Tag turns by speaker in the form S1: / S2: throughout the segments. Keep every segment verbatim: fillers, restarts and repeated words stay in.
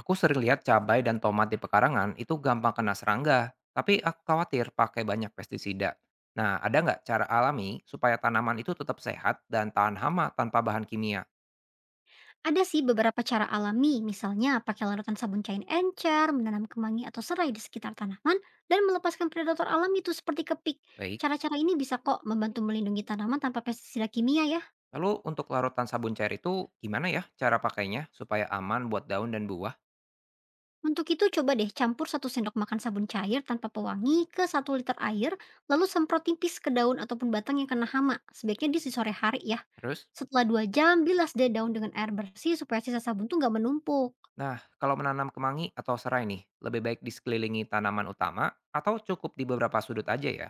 S1: Aku sering lihat cabai dan tomat di pekarangan itu gampang kena serangga, tapi aku khawatir pakai banyak pestisida. Nah, ada nggak cara alami supaya tanaman itu tetap sehat dan tahan hama tanpa bahan kimia?
S2: Ada sih beberapa cara alami, misalnya pakai larutan sabun cair encer, menanam kemangi atau serai di sekitar tanaman, dan melepaskan predator alami itu seperti kepik.
S1: Baik.
S2: Cara-cara ini bisa kok membantu melindungi tanaman tanpa pestisida kimia ya.
S1: Lalu untuk larutan sabun cair itu gimana ya cara pakainya supaya aman buat daun dan buah?
S2: Untuk itu coba deh campur satu sendok makan sabun cair tanpa pewangi ke satu liter air, lalu semprot tipis ke daun ataupun batang yang kena hama. Sebaiknya di sore hari ya.
S1: Terus,
S2: Setelah dua jam, bilas deh daun dengan air bersih supaya sisa sabun tuh nggak menumpuk.
S1: nah kalau menanam kemangi atau serai nih, lebih baik di sekelilingi tanaman utama atau cukup di beberapa sudut aja ya?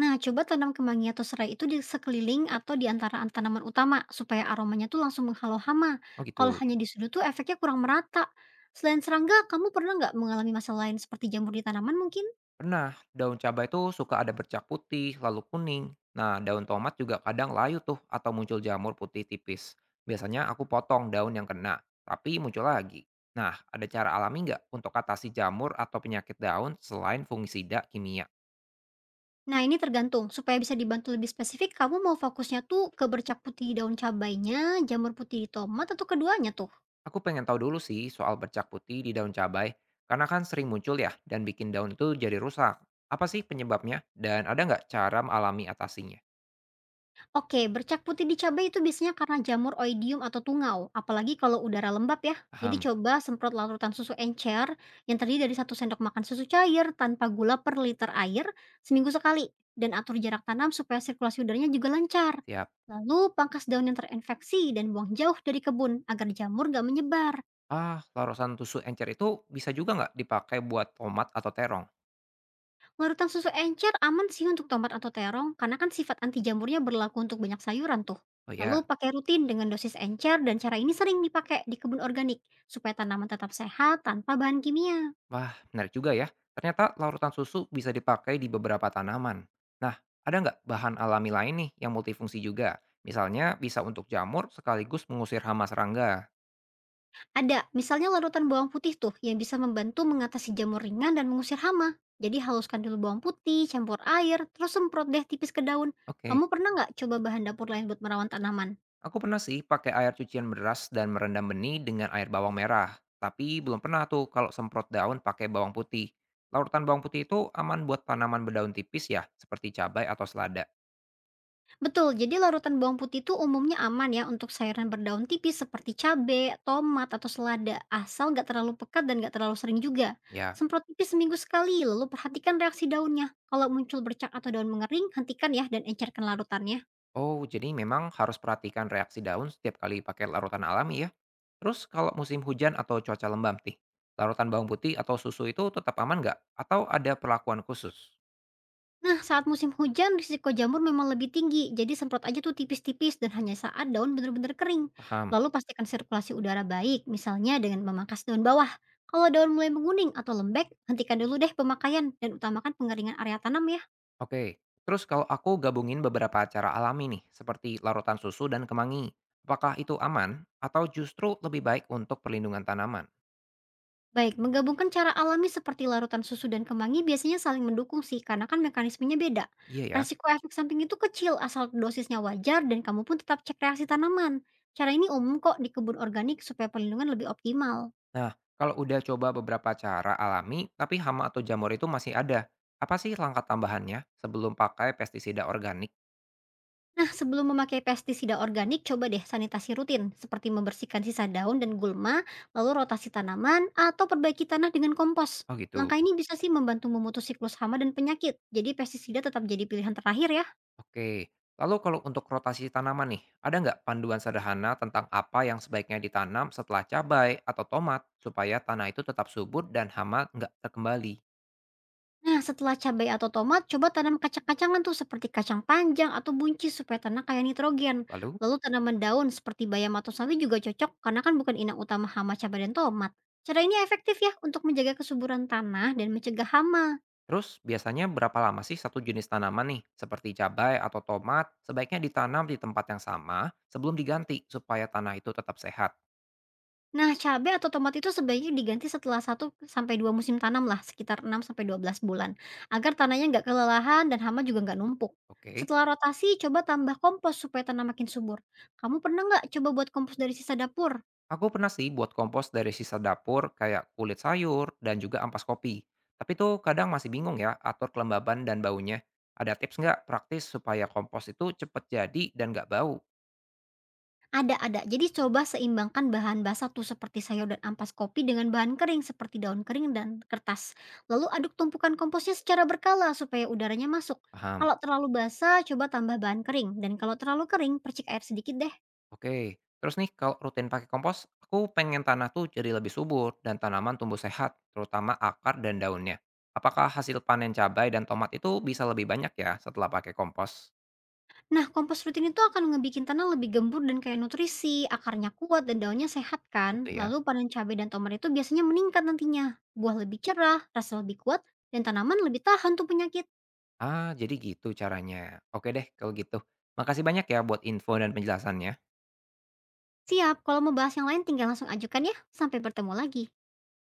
S2: Nah, coba tanam kemangi atau serai itu di sekeliling atau di antara tanaman utama supaya aromanya tuh langsung menghalau hama.
S1: Oh
S2: Kalau
S1: gitu.
S2: hanya di sudut tuh efeknya kurang merata. Selain serangga, kamu pernah nggak mengalami masalah lain seperti jamur di tanaman mungkin?
S1: Pernah, daun cabai itu suka ada bercak putih, lalu kuning. Nah, daun tomat juga kadang layu tuh atau muncul jamur putih tipis. Biasanya aku potong daun yang kena, tapi muncul lagi. Nah, ada cara alami nggak untuk atasi jamur atau penyakit daun selain fungisida kimia?
S2: Nah, ini tergantung. Supaya bisa dibantu lebih spesifik, kamu mau fokusnya tuh ke bercak putih di daun cabainya, jamur putih di tomat, atau keduanya tuh?
S1: Aku pengen tahu dulu sih soal bercak putih di daun cabai, karena kan sering muncul ya dan bikin daun itu jadi rusak. Apa sih penyebabnya dan ada nggak cara alami atasinya?
S2: Oke, bercak putih di cabai itu biasanya karena jamur oidium atau tungau, apalagi kalau udara lembab ya. Jadi
S1: Paham,
S2: coba semprot larutan susu encer yang terdiri dari satu sendok makan susu cair tanpa gula per liter air seminggu sekali. Dan atur jarak tanam supaya sirkulasi udaranya juga lancar.
S1: siap.
S2: Lalu pangkas daun yang terinfeksi dan buang jauh dari kebun agar jamur gak menyebar.
S1: Ah, larusan tusuk encer itu bisa juga nggak dipakai buat tomat atau terong?
S2: Larutan susu encer aman sih untuk tomat atau terong, karena kan sifat anti jamurnya berlaku untuk banyak sayuran tuh.
S1: Oh
S2: Lalu
S1: ya,
S2: pakai rutin dengan dosis encer dan cara ini sering dipakai di kebun organik supaya tanaman tetap sehat tanpa bahan kimia.
S1: wah menarik juga ya. Ternyata larutan susu bisa dipakai di beberapa tanaman. Nah, ada nggak bahan alami lain nih yang multifungsi juga? Misalnya bisa untuk jamur sekaligus mengusir hama serangga.
S2: Ada, misalnya larutan bawang putih tuh yang bisa membantu mengatasi jamur ringan dan mengusir hama. Jadi haluskan dulu bawang putih, campur air, terus semprot deh tipis ke daun.
S1: Oke,
S2: Kamu pernah nggak coba bahan dapur lain buat merawat tanaman?
S1: aku pernah sih pakai air cucian beras dan merendam benih dengan air bawang merah. Tapi belum pernah tuh kalau semprot daun pakai bawang putih. Larutan bawang putih itu aman buat tanaman berdaun tipis ya, seperti cabai atau selada.
S2: Betul, jadi larutan bawang putih itu umumnya aman ya untuk sayuran berdaun tipis seperti cabai, tomat, atau selada, asal nggak terlalu pekat dan nggak terlalu sering juga.
S1: Ya,
S2: Semprot tipis seminggu sekali, lalu perhatikan reaksi daunnya. Kalau muncul bercak atau daun mengering, hentikan ya dan encerkan larutannya.
S1: oh, jadi memang harus perhatikan reaksi daun setiap kali pakai larutan alami ya. Terus kalau musim hujan atau cuaca lembab nih, larutan bawang putih atau susu itu tetap aman nggak? Atau ada perlakuan khusus?
S2: Nah, saat musim hujan, risiko jamur memang lebih tinggi. Jadi semprot aja tuh tipis-tipis dan hanya saat daun benar-benar kering.
S1: Paham.
S2: Lalu pastikan sirkulasi udara baik, misalnya dengan memangkas daun bawah. Kalau daun mulai menguning atau lembek, hentikan dulu deh pemakaian dan utamakan pengeringan area tanam ya.
S1: Oke. Terus kalau aku gabungin beberapa cara alami nih, seperti larutan susu dan kemangi, apakah itu aman atau justru lebih baik untuk perlindungan tanaman?
S2: Baik, menggabungkan cara alami seperti larutan susu dan kemangi biasanya saling mendukung sih karena kan mekanismenya beda.
S1: Iya ya.
S2: Resiko efek samping itu kecil asal dosisnya wajar dan kamu pun tetap cek reaksi tanaman. Cara ini umum kok di kebun organik supaya perlindungan lebih optimal.
S1: Nah, kalau udah coba beberapa cara alami, tapi hama atau jamur itu masih ada, apa sih langkah tambahannya sebelum pakai pestisida organik?
S2: Nah, sebelum memakai pestisida organik, coba deh sanitasi rutin, seperti membersihkan sisa daun dan gulma, lalu rotasi tanaman, atau perbaiki tanah dengan kompos.
S1: Oh gitu,
S2: Langkah ini bisa sih membantu memutus siklus hama dan penyakit, jadi pestisida tetap jadi pilihan terakhir ya.
S1: oke. Lalu kalau untuk rotasi tanaman nih, ada nggak panduan sederhana tentang apa yang sebaiknya ditanam setelah cabai atau tomat supaya tanah itu tetap subur dan hama nggak terkembali?
S2: Nah, setelah cabai atau tomat, coba tanam kacang-kacangan tuh seperti kacang panjang atau buncis supaya tanah kaya nitrogen.
S1: Lalu,
S2: Lalu tanaman daun seperti bayam atau sawi juga cocok karena kan bukan inang utama hama cabai dan tomat. Cara ini efektif ya untuk menjaga kesuburan tanah dan mencegah hama.
S1: terus biasanya berapa lama sih satu jenis tanaman nih, seperti cabai atau tomat, sebaiknya ditanam di tempat yang sama sebelum diganti supaya tanah itu tetap sehat?
S2: Nah, cabai atau tomat itu sebaiknya diganti setelah satu sampai dua musim tanam lah, sekitar enam sampai dua belas bulan, agar tanahnya nggak kelelahan dan hama juga nggak numpuk.
S1: Oke.
S2: Setelah rotasi, coba tambah kompos supaya tanah makin subur. Kamu pernah nggak coba buat kompos dari sisa dapur?
S1: Aku pernah sih buat kompos dari sisa dapur kayak kulit sayur dan juga ampas kopi. Tapi tuh kadang masih bingung ya atur kelembaban dan baunya. Ada tips nggak praktis supaya kompos itu cepet jadi dan nggak bau?
S2: Ada, ada. Jadi coba seimbangkan bahan basah tuh seperti sayur dan ampas kopi dengan bahan kering seperti daun kering dan kertas. Lalu aduk tumpukan komposnya secara berkala supaya udaranya masuk.
S1: Paham.
S2: Kalau terlalu basah, coba tambah bahan kering. Dan kalau terlalu kering, percik air sedikit deh.
S1: Oke. Terus nih kalau rutin pakai kompos, aku pengen tanah tuh jadi lebih subur dan tanaman tumbuh sehat, terutama akar dan daunnya. Apakah hasil panen cabai dan tomat itu bisa lebih banyak ya setelah pakai kompos?
S2: Nah, kompos rutin itu akan ngebikin tanah lebih gembur dan kaya nutrisi, akarnya kuat dan daunnya sehat kan?
S1: Gitu ya.
S2: Lalu panen cabai dan tomat itu biasanya meningkat nantinya. Buah lebih cerah, rasa lebih kuat, dan tanaman lebih tahan tuh penyakit.
S1: Ah, jadi gitu caranya. Oke deh kalau gitu. Makasih banyak ya buat info dan penjelasannya.
S2: Siap, kalau mau bahas yang lain tinggal langsung ajukan ya. Sampai bertemu lagi.